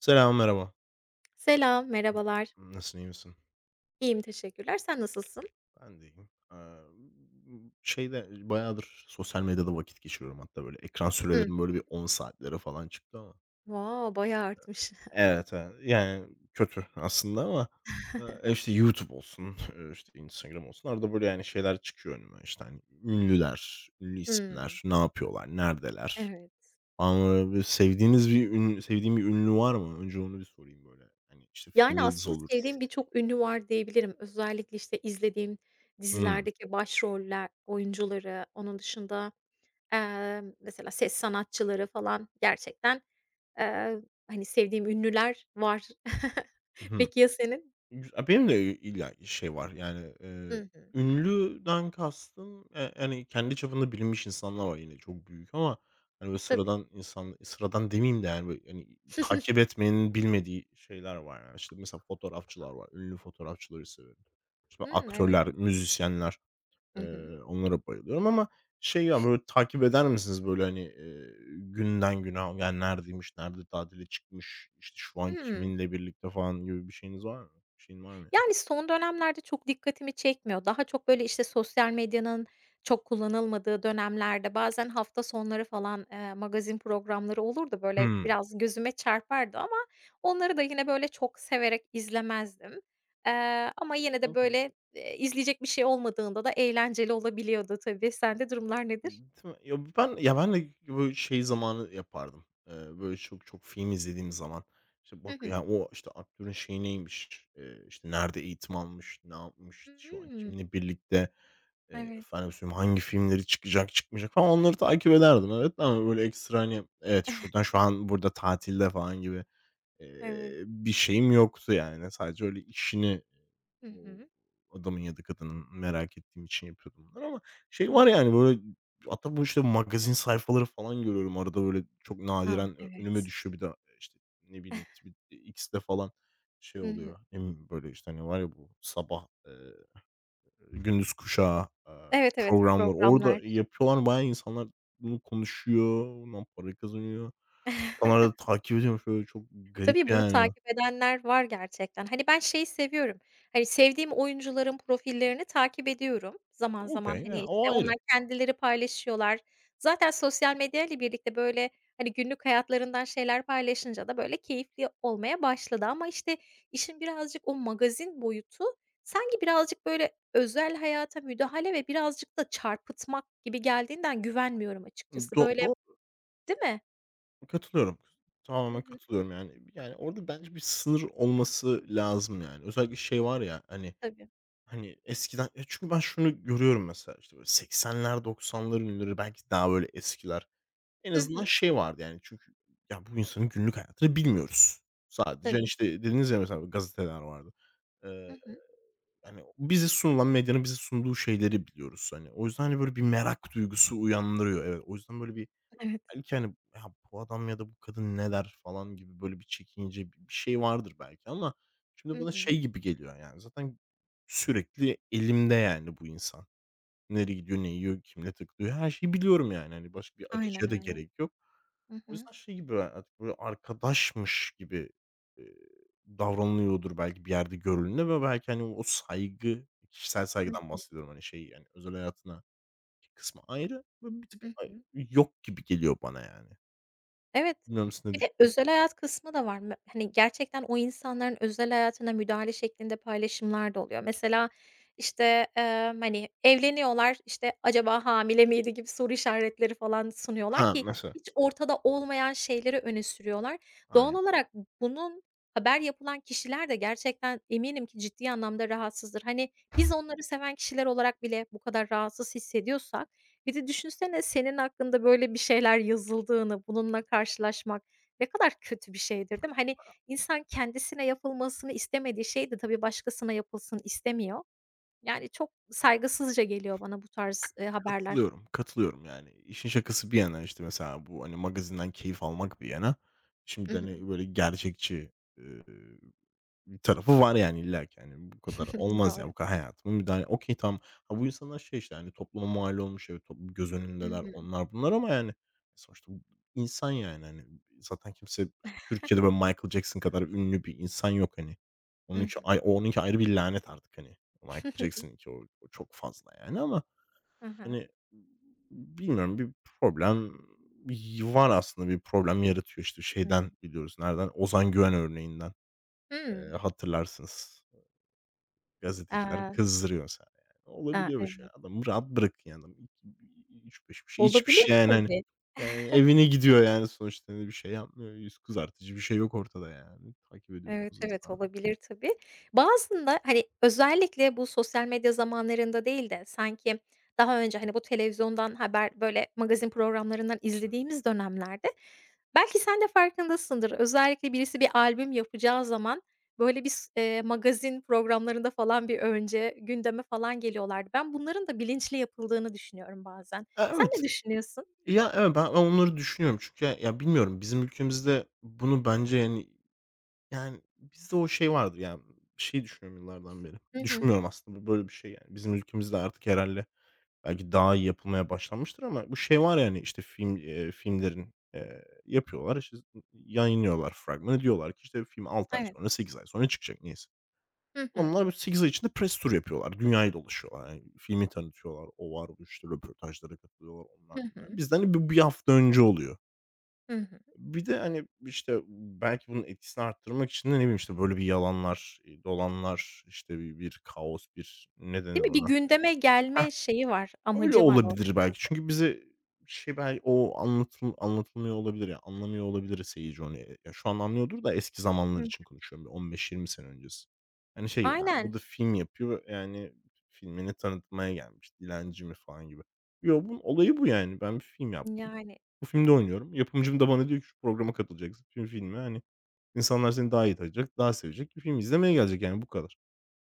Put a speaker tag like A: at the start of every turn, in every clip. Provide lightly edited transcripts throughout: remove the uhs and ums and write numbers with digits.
A: Selam, merhaba.
B: Selam,
A: Hı.
B: merhabalar.
A: Nasılsın, iyi misin?
B: İyiyim, teşekkürler. Sen nasılsın?
A: Ben de iyiyim. Şeyde bayağıdır sosyal medyada vakit geçiriyorum hatta böyle ekran
B: Hıh.
A: sürelerim böyle bir 10 saatlere falan çıktı ama.
B: Wow, bayağı artmış.
A: Evet, evet. Yani kötü aslında ama, işte YouTube olsun, işte Instagram olsun arada böyle yani şeyler çıkıyor önüme işte hani ünlüler, ünlü
B: Hımm,
A: isimler, ne yapıyorlar, neredeler?
B: evet.
A: Ama böyle bir sevdiğiniz bir sevdiğim bir ünlü var mı? Önce onu bir sorayım böyle. Hani işte film
B: Yani,
A: yıldızı
B: aslında
A: olur.
B: sevdiğim birçok ünlü var diyebilirim. Özellikle, işte, izlediğim
A: Hımm.
B: dizilerdeki başroller, oyuncuları, onun dışında, mesela ses sanatçıları falan gerçekten, eee, hani, sevdiğim ünlüler var. Peki ya senin?
A: Güzel. Benim de illa şey var, yani,
B: Hı hı.
A: ünlüden kastım, yani, kendi çapında bilinmiş insanlar var yine çok büyük ama, hani, böyle
B: Tabii.
A: sıradan insan sıradan demeyeyim de, yani, böyle, hani, takip etmeyenin bilmediği şeyler var, yani. İşte, mesela fotoğrafçılar var. Ünlü fotoğrafçıları severim. İşte,
B: Hımm, evet.
A: aktörler, müzisyenler,
B: Hı hı.
A: onlara bayılıyorum ama şey ya, böyle, takip eder misiniz, böyle, hani, günden güne, yani, neredeymiş, nerede tatile çıkmış, işte, şu an
B: Hımm.
A: kiminle birlikte falan gibi bir şeyiniz var mı? Bir şeyin var mı?
B: Yani, son dönemlerde çok dikkatimi çekmiyor. Daha çok, böyle, işte, sosyal medyanın çok kullanılmadığı dönemlerde bazen hafta sonları falan, magazin programları olurdu, böyle,
A: Hımm.
B: biraz gözüme çarpardı ama onları da yine, böyle, çok severek izlemezdim. Ama yine de,
A: Okay.
B: böyle, izleyecek bir şey olmadığında da eğlenceli olabiliyordu tabii. Sende durumlar nedir?
A: Ya, ben ya, ben de böyle şey zamanı yapardım. Böyle çok çok film izlediğim zaman, işte,
B: Hı
A: bak
B: hı.
A: ya, o, işte, aktörün şeyi neymiş, işte, nerede eğitim almış, ne yapmış, şu an
B: Hımm.
A: kiminle birlikte,
B: Evet.
A: efendime söyleyeyim, hangi filmleri çıkacak, çıkmayacak falan onları takip ederdim, evet, ama böyle ekstra, hani, evet, şuradan şu an burada tatilde falan gibi,
B: Evet.
A: bir şeyim yoktu yani. Sadece öyle işini
B: Hı
A: O
B: hı.
A: adamın ya da kadının merak ettiğim için yapıyordum bunları ama şey
B: Hı
A: var
B: hı.
A: yani, böyle, hatta bu, işte, magazin sayfaları falan görüyorum arada, böyle, çok
B: A,
A: nadiren önüme
B: evet.
A: düşüyor. Bir de, işte, ne bileyim, X'te falan şey
B: Hı hı.
A: oluyor. Hem böyle, işte, hani, var ya bu sabah, gündüz kuşağı,
B: Evet, evet,
A: programları orada
B: programlar.
A: yapıyorlar. Bayağı insanlar bunu konuşuyor, bundan para kazanıyor. İnsanlar da takip ediyorum şöyle çok
B: Tabii,
A: garip
B: bunu
A: yani.
B: takip edenler var gerçekten. Hani, ben şeyi seviyorum, hani, sevdiğim oyuncuların profillerini takip ediyorum. Zaman zaman,
A: Okay,
B: hani,
A: ya, o
B: işte, onlar
A: ayrı.
B: kendileri paylaşıyorlar. Zaten sosyal medyayla birlikte, böyle, hani, günlük hayatlarından şeyler paylaşınca da, böyle, keyifli olmaya başladı ama, işte, işin birazcık o magazin boyutu sanki birazcık, böyle, özel hayata müdahale ve birazcık da çarpıtmak gibi geldiğinden güvenmiyorum açıkçası.
A: Do
B: Böyle değil mi?
A: Katılıyorum.
B: Hı
A: Tamamen
B: hı.
A: katılıyorum yani. Yani, orada bence bir sınır olması lazım yani. Özellikle şey var ya, hani
B: Tabii.
A: hani, eskiden ya, çünkü ben şunu görüyorum mesela, işte, böyle 80'ler 90'ların ünlüleri, belki daha böyle eskiler. En
B: Hı
A: azından
B: hı.
A: şey vardı yani çünkü ya, bu insanın günlük hayatını bilmiyoruz. Sadece, hani,
B: Tabii.
A: işte, dediniz ya mesela gazeteler vardı.
B: Hı
A: Eee,
B: hı.
A: hani, bize sunulan medyanın bize sunduğu şeyleri biliyoruz. Hani, o yüzden, hani, böyle bir merak duygusu uyandırıyor. Evet, o yüzden böyle bir
B: Evet.
A: Belki, hani, "Ya, bu adam ya da bu kadın ne der?" falan gibi böyle bir çekince, bir şey vardır belki ama şimdi
B: Hı
A: bana
B: hı.
A: şey gibi geliyor, yani, zaten sürekli elimde, yani, bu insan. Nereye gidiyor, ne yiyor, kimle takılıyor, her şeyi biliyorum, yani, hani, başka bir
B: Aynen
A: araca da
B: öyle.
A: gerek yok.
B: Hı
A: O
B: hı.
A: yüzden şey gibi artık böyle arkadaşmış gibi, eee, davranılıyordur belki bir yerde görülüne ve belki, hani, o saygı, kişisel
B: Hı.
A: saygıdan bahsediyorum, hani, şey, yani, özel hayatına bir kısmı ayrı, ve bir tık
B: Hı hı.
A: yok gibi geliyor bana, yani.
B: Evet.
A: Bilmiyorum siz ne
B: Bir de
A: düşün
B: özel hayat kısmı da var. Hani, gerçekten o insanların özel hayatına müdahale şeklinde paylaşımlar da oluyor. Mesela, işte, hani, evleniyorlar, işte, "Acaba hamile miydi?" gibi soru işaretleri falan sunuyorlar
A: Ha,
B: ki
A: mesela.
B: hiç ortada olmayan şeyleri öne sürüyorlar. Doğal
A: Aynen.
B: olarak bunun haber yapılan kişiler de gerçekten eminim ki ciddi anlamda rahatsızdır. Hani, biz onları seven kişiler olarak bile bu kadar rahatsız hissediyorsak, bir de düşünsene senin hakkında böyle bir şeyler yazıldığını, bununla karşılaşmak ne kadar kötü bir şeydir, değil mi? Hani, insan kendisine yapılmasını istemediği şey de tabii başkasına yapılsın istemiyor. Yani, çok saygısızca geliyor bana bu tarz, haberler.
A: Katılıyorum, katılıyorum yani. İşin şakası bir yana, işte, mesela bu, hani, magazinden keyif almak bir yana,
B: I
A: şimdi,
B: hı.
A: hani, böyle gerçekçi, Tarafı var yani illa ki yani bu kadar olmaz ya,
B: Doğru.
A: bu kadar hayatıma müdahale. Okay, tamam. Ha, bu insanlar şey işte, hani, topluma mal olmuş, evet, toplum göz
B: Hı
A: önündeler,
B: hı.
A: onlar bunlar ama yani sonuçta bu insan yani, hani, zaten kimse Türkiye'de böyle Michael Jackson kadar ünlü bir insan yok, hani.
B: Hı hı.
A: Onunki ayrı bir lanet artık, hani. Michael Jackson'ınki o çok fazla yani ama,
B: Hı hı.
A: hani, bilmiyorum bir problem var aslında, bir problem yaratıyor. İşte şeyden
B: Hımm.
A: biliyoruz, nereden? Ozan Güven örneğinden,
B: Hımm.
A: hatırlarsınız. Gazeteciler
B: Aaa,
A: kızdırıyor mesela yani. Olabiliyor
B: evet.
A: böyle şeyler. Adamı rahat bırakın yani. Adam üç beş bir şey içmiş
B: Olabilir
A: yani hani.
B: tabii.
A: Yani evine gidiyor yani sonuçta hani bir şey yapmıyor. Yüz kızartıcı bir şey yok ortada yani. Takip
B: Evet,
A: ediyorsunuz
B: evet,
A: insanı.
B: olabilir tabii. Bazında, hani, özellikle bu sosyal medya zamanlarında değil de sanki daha önce, hani, bu televizyondan haber, böyle, magazin programlarından izlediğimiz dönemlerde belki sen de farkındasındır. Özellikle birisi bir albüm yapacağı zaman, böyle, bir s magazin programlarında falan bir önce gündeme falan geliyorlardı. Ben bunların da bilinçli yapıldığını düşünüyorum bazen.
A: Ya,
B: Sen ne
A: evet.
B: düşünüyorsun?
A: Ya, evet, ben onları düşünüyorum çünkü ya bilmiyorum bizim ülkemizde bunu bence yani yani bizde o şey vardır yani. Bir şey düşünüyorum yıllardan beri.
B: Hı hı.
A: Düşünmüyorum aslında bu böyle bir şey yani. Bizim ülkemizde artık herhalde. Belki daha iyi yapılmaya başlanmıştır ama bu şey var yani işte, filmlerin, yapıyorlar, işte, yayınlıyorlar fragmanı. Diyorlar ki, işte, film 6 ay sonra,
B: Evet.
A: 8 ay sonra çıkacak neyse.
B: Hı hı.
A: Onlar böyle 8 ay içinde press tur yapıyorlar. Dünyayı dolaşıyorlar. Yani filmi tanıtıyorlar. O var, bu, işte, röportajlara katılıyorlar. Onlar,
B: Hı
A: bunlar.
B: hı.
A: Bizden hani, bu 1 hafta önce oluyor.
B: Hı hı.
A: Bir de, hani, işte, belki bunun etkisini arttırmak için de ne bileyim, işte, böyle bir yalanlar, dolanlar, işte, bir kaos, bir ne denir
B: Değil mi? Bir
A: ona?
B: gündeme gelme şeyi var,
A: Öyle
B: amacı var.
A: olabilir belki. Çünkü bize şey belki o anlatıl anlatılmıyor olabilir ya, anlamıyor olabilir seyirci onu. Ya, şu an anlıyordur da eski zamanlar
B: Hı.
A: için konuşuyorum. Bir 15-20 sene öncesi. Hani şey gibi, "Ha, bu
B: Aynen.
A: da film yapıyor, yani filmini tanıtmaya gelmiş, dilenci mi?" falan gibi. Yo, bunun olayı bu yani. Ben bir film yaptım.
B: Yani,
A: Bu filmde oynuyorum. Yapımcım da bana diyor ki, "Şu programa katılacaksın." Filmi, hani, insanlar seni daha iyi tanıyacak, daha sevecek. Bir film izlemeye gelecek yani bu kadar.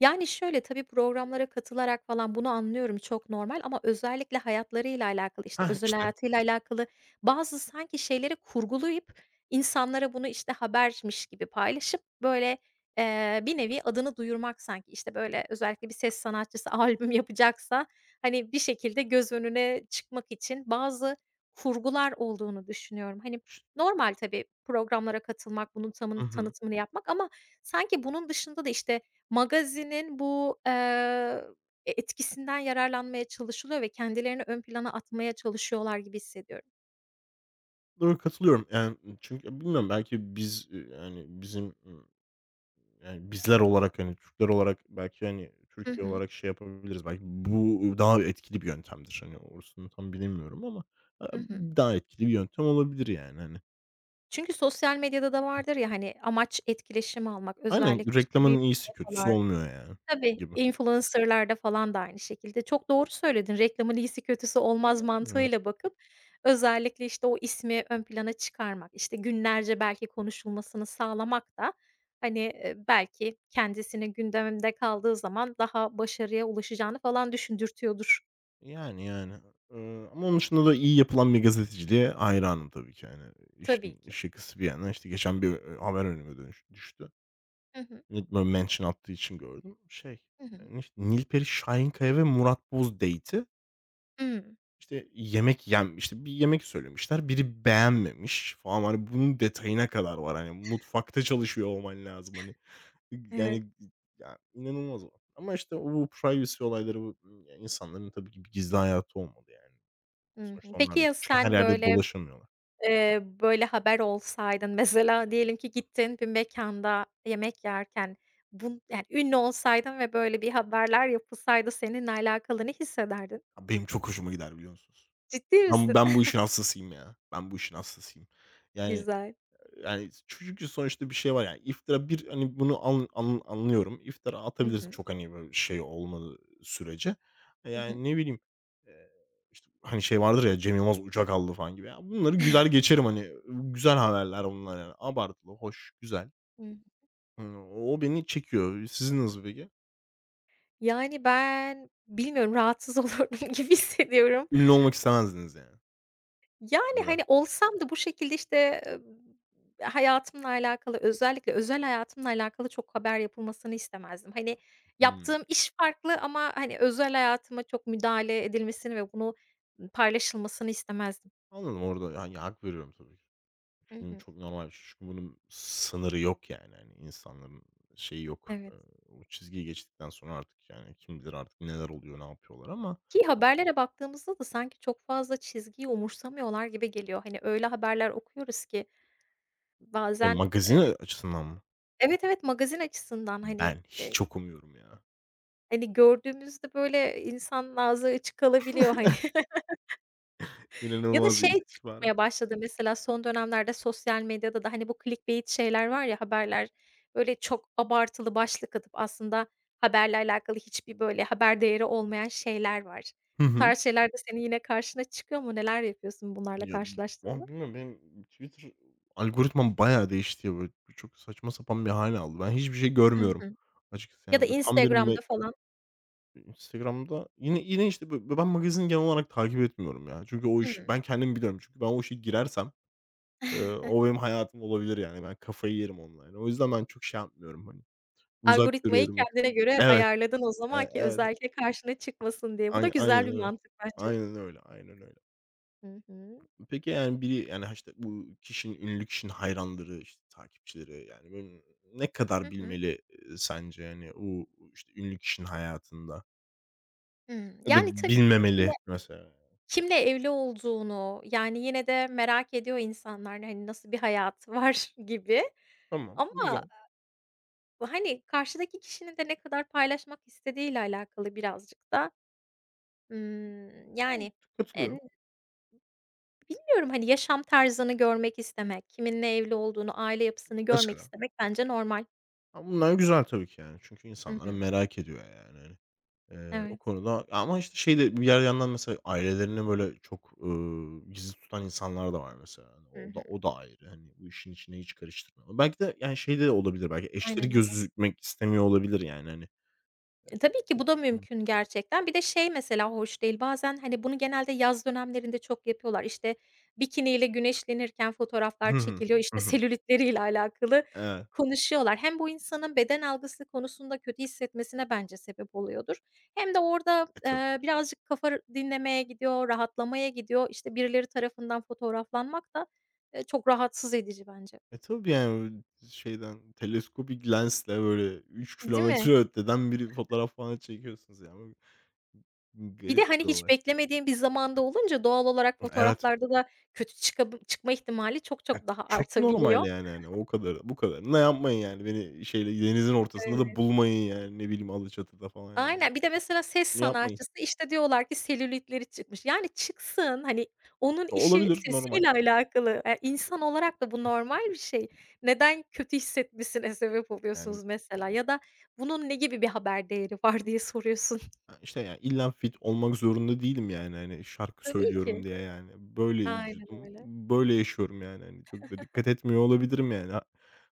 B: yani, şöyle, tabii programlara katılarak falan bunu anlıyorum, çok normal ama özellikle hayatlarıyla alakalı, işte,
A: Hah,
B: özel
A: işte.
B: hayatıyla alakalı bazı sanki şeyleri kurgulayıp insanlara bunu, işte, habermiş gibi paylaşıp, böyle, bir nevi adını duyurmak sanki. İşte böyle, özellikle bir ses sanatçısı albüm yapacaksa, hani, bir şekilde göz önüne çıkmak için bazı kurgular olduğunu düşünüyorum. Hani, normal tabii programlara katılmak, bunun
A: Hı hı.
B: tanıtımını yapmak ama sanki bunun dışında da, işte magazinin bu, etkisinden yararlanmaya çalışılıyor ve kendilerini ön plana atmaya çalışıyorlar gibi hissediyorum.
A: Doğru, katılıyorum. Yani, çünkü bilmiyorum belki biz, yani, bizim, yani, bizler olarak, hani, Türkler olarak belki, hani,
B: Hı
A: Türkiye
B: hı.
A: olarak şey yapabiliriz. Belki bu daha etkili bir yöntemdir. Hani, orasını tam bilemiyorum ama, eee,
B: Hı hı.
A: daha etkili bir yöntem olabilir yani, hani.
B: Çünkü sosyal medyada da vardır ya, hani, amaç etkileşim almak. Özellikle,
A: Aynen,
B: işte,
A: reklamın
B: büyük
A: iyisi kötüsü
B: sayfalar.
A: olmuyor yani
B: Tabii,
A: gibi.
B: influencer'larda falan da aynı şekilde. Çok doğru söyledin. Reklamın iyisi kötüsü olmaz
A: Yani,
B: mantığıyla bakıp özellikle, işte, o ismi ön plana çıkarmak, işte, günlerce belki konuşulmasını sağlamak da, hani, belki kendisinin gündeminde kaldığı zaman daha başarıya ulaşacağını falan düşündürtüyordur
A: yani, yani. Ama onun dışında da iyi yapılan bir gazeteciliğe hayranım tabii ki, yani.
B: tabii
A: İşin
B: ki.
A: şakası bir yana, işte, geçen bir, haber önüme düştü.
B: Hı hı.
A: Bilmiyorum mention attığı için gördüm. Şey,
B: Hı hı.
A: Nilperi Şahinkaya ve Murat Boz date'i,
B: Hımm.
A: işte, yemek yem işte, bir yemek söylemişler. Biri beğenmemiş falan. Hani, bunun detayına kadar var. Hani, mutfakta çalışıyor olman lazım. Hani,
B: Evet.
A: yani, ya, inanılmaz o. Ama, işte, o bu privacy olayları, bu ya, insanların tabii ki bir gizli hayatı olmalı, yani.
B: Hı hı.
A: Sonuçta
B: Peki
A: onlar da
B: ya
A: çünkü her
B: sen
A: yerde
B: böyle,
A: dolaşamıyorlar.
B: Böyle, haber olsaydın mesela diyelim ki gittin bir mekanda yemek yerken yani ünlü olsaydın ve böyle bir haberler yapılsaydı seninle alakalı ne hissederdin?
A: Ya, benim çok hoşuma gider biliyor musunuz?
B: Ciddi misin?
A: Ben bu işin hastasıyım ya. Ben bu işin hastasıyım. Yani
B: Güzel.
A: Yani, çünkü sonuçta bir şey var, yani, iftira bir, hani, bunu an an anlıyorum. İftira
B: Hı
A: atabilirsin
B: hı.
A: çok, hani, böyle şey olmadığı sürece.
B: Hı hı.
A: Yani, ne bileyim, eee, işte, hani, şey vardır ya, Cem Yılmaz uçak aldı falan gibi. Ya, bunları güler geçerim, hani, güzel haberler bunlar, yani. Abartılı, hoş, güzel.
B: Hıı.
A: O beni çekiyor. Sizin nasıl peki?
B: Yani ben bilmiyorum rahatsız olurdum gibi hissediyorum.
A: Ünlü olmak istemezdiniz yani
B: Yani,
A: ya
B: hani,
A: da
B: olsam da bu şekilde, işte, hayatımla alakalı, özellikle özel hayatımla alakalı çok haber yapılmasını istemezdim. Hani,
A: Hımm.
B: yaptığım iş farklı ama, hani, özel hayatıma çok müdahale edilmesini ve bunu paylaşılmasını istemezdim.
A: Anladım orada, yani, hak veriyorum tabii ki.
B: Hı hı,
A: Çok normal çünkü bunun sınırı yok yani, hani, insanların şeyi yok.
B: evet.
A: O çizgiyi geçtikten sonra artık, yani, kim bilir artık neler oluyor, ne yapıyorlar ama
B: Ki haberlere baktığımızda da sanki çok fazla çizgiyi umursamıyorlar gibi geliyor. Hani, öyle haberler okuyoruz ki
A: Ya,
B: bazen, eee
A: magazin açısından mı?
B: evet, evet, magazin açısından, hani,
A: Ben hiç okumuyorum ya.
B: hani, gördüğümüzde, böyle, insanın ağzı açık kalabiliyor, hani. Ya da
A: İnanılmaz bir
B: şey
A: istihbarat.
B: çıkmaya başladı mesela son dönemlerde sosyal medyada da, hani, bu clickbait şeyler var ya haberler, böyle çok abartılı başlık atıp aslında haberle alakalı hiçbir böyle haber değeri olmayan şeyler var.
A: Hı
B: Bu
A: hı.
B: tarz şeyler de senin yine karşına çıkıyor mu? Neler yapıyorsun bunlarla
A: Ya,
B: karşılaştığında?
A: abi, bilmiyorum benim Twitter algoritmam bayağı değişti ya, böyle, çok saçma sapan bir hale aldı. Ben hiçbir şey
B: Hı
A: görmüyorum
B: hı.
A: açıkçası,
B: Ya da
A: yani, böyle tam bir me
B: Instagram'da falan.
A: Instagram'da yine, işte, ben magazin genel olarak takip etmiyorum ya. Çünkü o işi
B: Hımm.
A: ben kendim biliyorum. Çünkü ben o işe girersem, o benim hayatım olabilir yani. Ben kafayı yerim onunla yani. O yüzden ben çok şey yapmıyorum, hani, uzak
B: Algoritmayı
A: duruyorum bir tık.
B: kendine göre
A: Evet,
B: ayarladın o zaman ki
A: evet.
B: özellikle karşına çıkmasın diye. Bu da
A: Ay
B: güzel
A: aynen
B: bir
A: öyle.
B: mantık bence.
A: Aynen öyle, aynen öyle.
B: Hı hı.
A: Peki, yani, biri, yani, işte, bu kişinin, ünlü kişinin hayranları, işte, takipçileri, yani, böyle, ne kadar
B: Hı hı.
A: bilmeli, sence, yani, o, işte, ünlü kişinin hayatında
B: Hımm.
A: ya da
B: Yani tabii
A: bilmemeli mesela?
B: kimle evli olduğunu, yani, yine de merak ediyor insanlar, hani, nasıl bir hayatı var gibi
A: Tamam,
B: ama,
A: güzel.
B: hani, karşıdaki kişinin de ne kadar paylaşmak istediğiyle alakalı birazcık da.
A: Ol
B: Yani,
A: Katılıyorum
B: eee, bilmiyorum, hani, yaşam tarzını görmek istemek, kiminle evli olduğunu, aile yapısını görmek
A: mesela.
B: istemek bence normal.
A: Ha, bunlar güzel tabii ki yani. Çünkü
B: Hı
A: insanlar
B: hı.
A: merak ediyor yani, hani. O
B: Evet.
A: konuda ama, işte, şey de bir yer yandan mesela ailelerini böyle çok, gizli tutan insanlar da var mesela. Yani
B: Hı
A: o da
B: hı.
A: o da ayrı. Hani, bu işin içine hiç karıştırmıyorlar. Belki de, yani, şey de olabilir belki eşleri
B: Aynen öyle.
A: gözükmek istemiyor olabilir yani, hani.
B: E, tabii ki bu da mümkün gerçekten. Bir de şey mesela hoş değil, bazen, hani, bunu genelde yaz dönemlerinde çok yapıyorlar. İşte, bikiniyle güneşlenirken fotoğraflar
A: Hı hı.
B: çekiliyor,
A: Hı
B: İşte
A: hı.
B: selülitleriyle alakalı
A: Evet.
B: konuşuyorlar. Hem bu insanın beden algısı konusunda kötü hissetmesine bence sebep oluyordur hem de orada,
A: E, tabii.
B: birazcık kafa dinlemeye gidiyor, rahatlamaya gidiyor. İşte, birileri tarafından fotoğraflanmak da, çok rahatsız edici bence.
A: E, tabii yani şeyden teleskopik lensle böyle üç
B: Değil mi?
A: kilometre öteden bir fotoğraf falan çekiyorsunuz yani.
B: Bir de,
A: Garip
B: hani,
A: bir
B: hiç
A: olay.
B: beklemediğin bir zamanda olunca doğal olarak
A: Evet.
B: fotoğraflarda da kötü çıkma ihtimali çok
A: Ya,
B: çok daha
A: çok normal
B: artabiliyor.
A: yani, hani, o kadar bu kadar. Ne yapmayın yani. Beni şeyle denizin ortasında da
B: Evet.
A: bulmayın yani. Ne bileyim, Alaçatı'da falan yani.
B: Aynen. Bir de mesela ses
A: Bunu yapmayın.
B: sanatçısı, işte, diyorlar ki selülitleri çıkmış. Yani çıksın, hani, onun işi
A: Olabilir, normal.
B: sesiyle alakalı. İnsan olarak da bu normal bir şey. Neden kötü hissetmesine sebep
A: Yani,
B: oluyorsunuz mesela ya da bunun ne gibi bir haber değeri var diye soruyorsun.
A: işte yani illa fit olmak zorunda değilim yani, hani, şarkı
B: Tabii
A: söylüyorum
B: ki.
A: diye yani. Böyle
B: Aynen
A: vücudum,
B: öyle.
A: böyle yaşıyorum yani, hani, çok da dikkat etmiyor olabilirim yani ha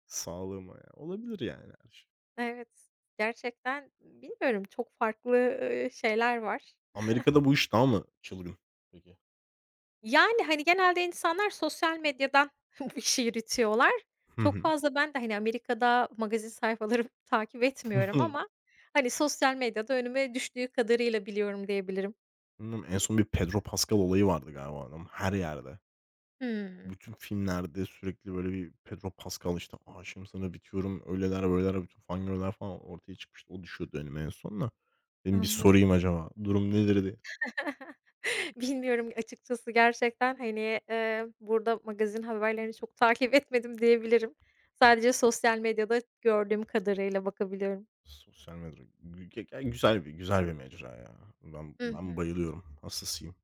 A: sağlığıma ya. Olabilir yani her şey.
B: Evet. Gerçekten bilmiyorum çok farklı, şeyler var.
A: Amerika'da bu iş daha mı çılgın peki?
B: Yani, hani, genelde insanlar sosyal medyadan bu işi yürütüyorlar.
A: Hı
B: Çok
A: hı.
B: fazla ben de, hani, Amerika'da magazin sayfaları takip etmiyorum ama, hani, sosyal medyada önüme düştüğü kadarıyla biliyorum diyebilirim.
A: Bilmiyorum, en son bir Pedro Pascal olayı vardı galiba adam her yerde.
B: Hımm,
A: Bütün filmlerde sürekli böyle bir Pedro Pascal işte aşığım sana bitiyorum öyleler böyleler bütün fangirl'ler falan ortaya çıkmıştı. O düşüyordu önüme en son da. Dedim bir
B: anladım.
A: sorayım acaba durum nedir diye.
B: Bilmiyorum açıkçası gerçekten, hani, burada magazin haberlerini çok takip etmedim diyebilirim. Sadece sosyal medyada gördüğüm kadarıyla bakabiliyorum.
A: Sosyal medya ya güzel bir mecra ya. Ben
B: Hı.
A: ben bayılıyorum. Hastasıyım.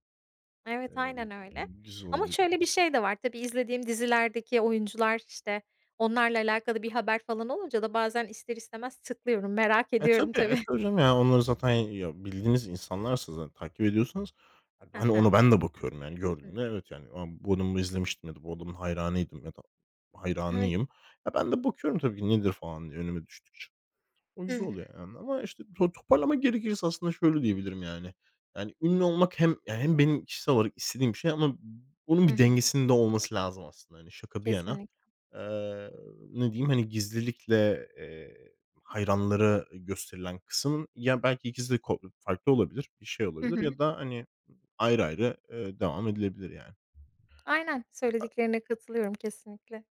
B: Evet, aynen öyle.
A: Güzel
B: Ama
A: oluyor.
B: şöyle bir şey de var, tabii izlediğim dizilerdeki oyuncular, işte, onlarla alakalı bir haber falan olunca da bazen ister istemez tıklıyorum, merak
A: E,
B: ediyorum
A: tabii, e,
B: tabii.
A: tabii canım yani onları zaten ya bildiğiniz insanlarsa zaten takip ediyorsanız, yani
B: Hı
A: hani,
B: hı.
A: ona ben de bakıyorum yani
B: Hı.
A: gördüğümde evet yani, a, bu adamı izlemiştim ya da bu adamın hayranıydım ya da
B: Evet.
A: hayranıyım. Ya ben de bakıyorum tabii ki nedir falan diye önüme düştükçe. O
B: Hı
A: güzel
B: hı.
A: oluyor yani ama, işte, toparlamak gerekirse aslında şöyle diyebilirim yani. Yani, ünlü olmak hem ya hem benim kişisel olarak istediğim bir şey ama bunun
B: Hı
A: bir
B: hı.
A: dengesinin de olması lazım aslında. Hani, şaka bir yana,
B: Kesinlikle.
A: eee, ne diyeyim, hani, gizlilikle, hayranlara gösterilen kısım ya belki ikisi de farklı olabilir, bir şey
B: Hı
A: olabilir
B: hı.
A: ya da, hani, ayrı ayrı, devam edilebilir yani.
B: Aynen, söylediklerine katılıyorum kesinlikle.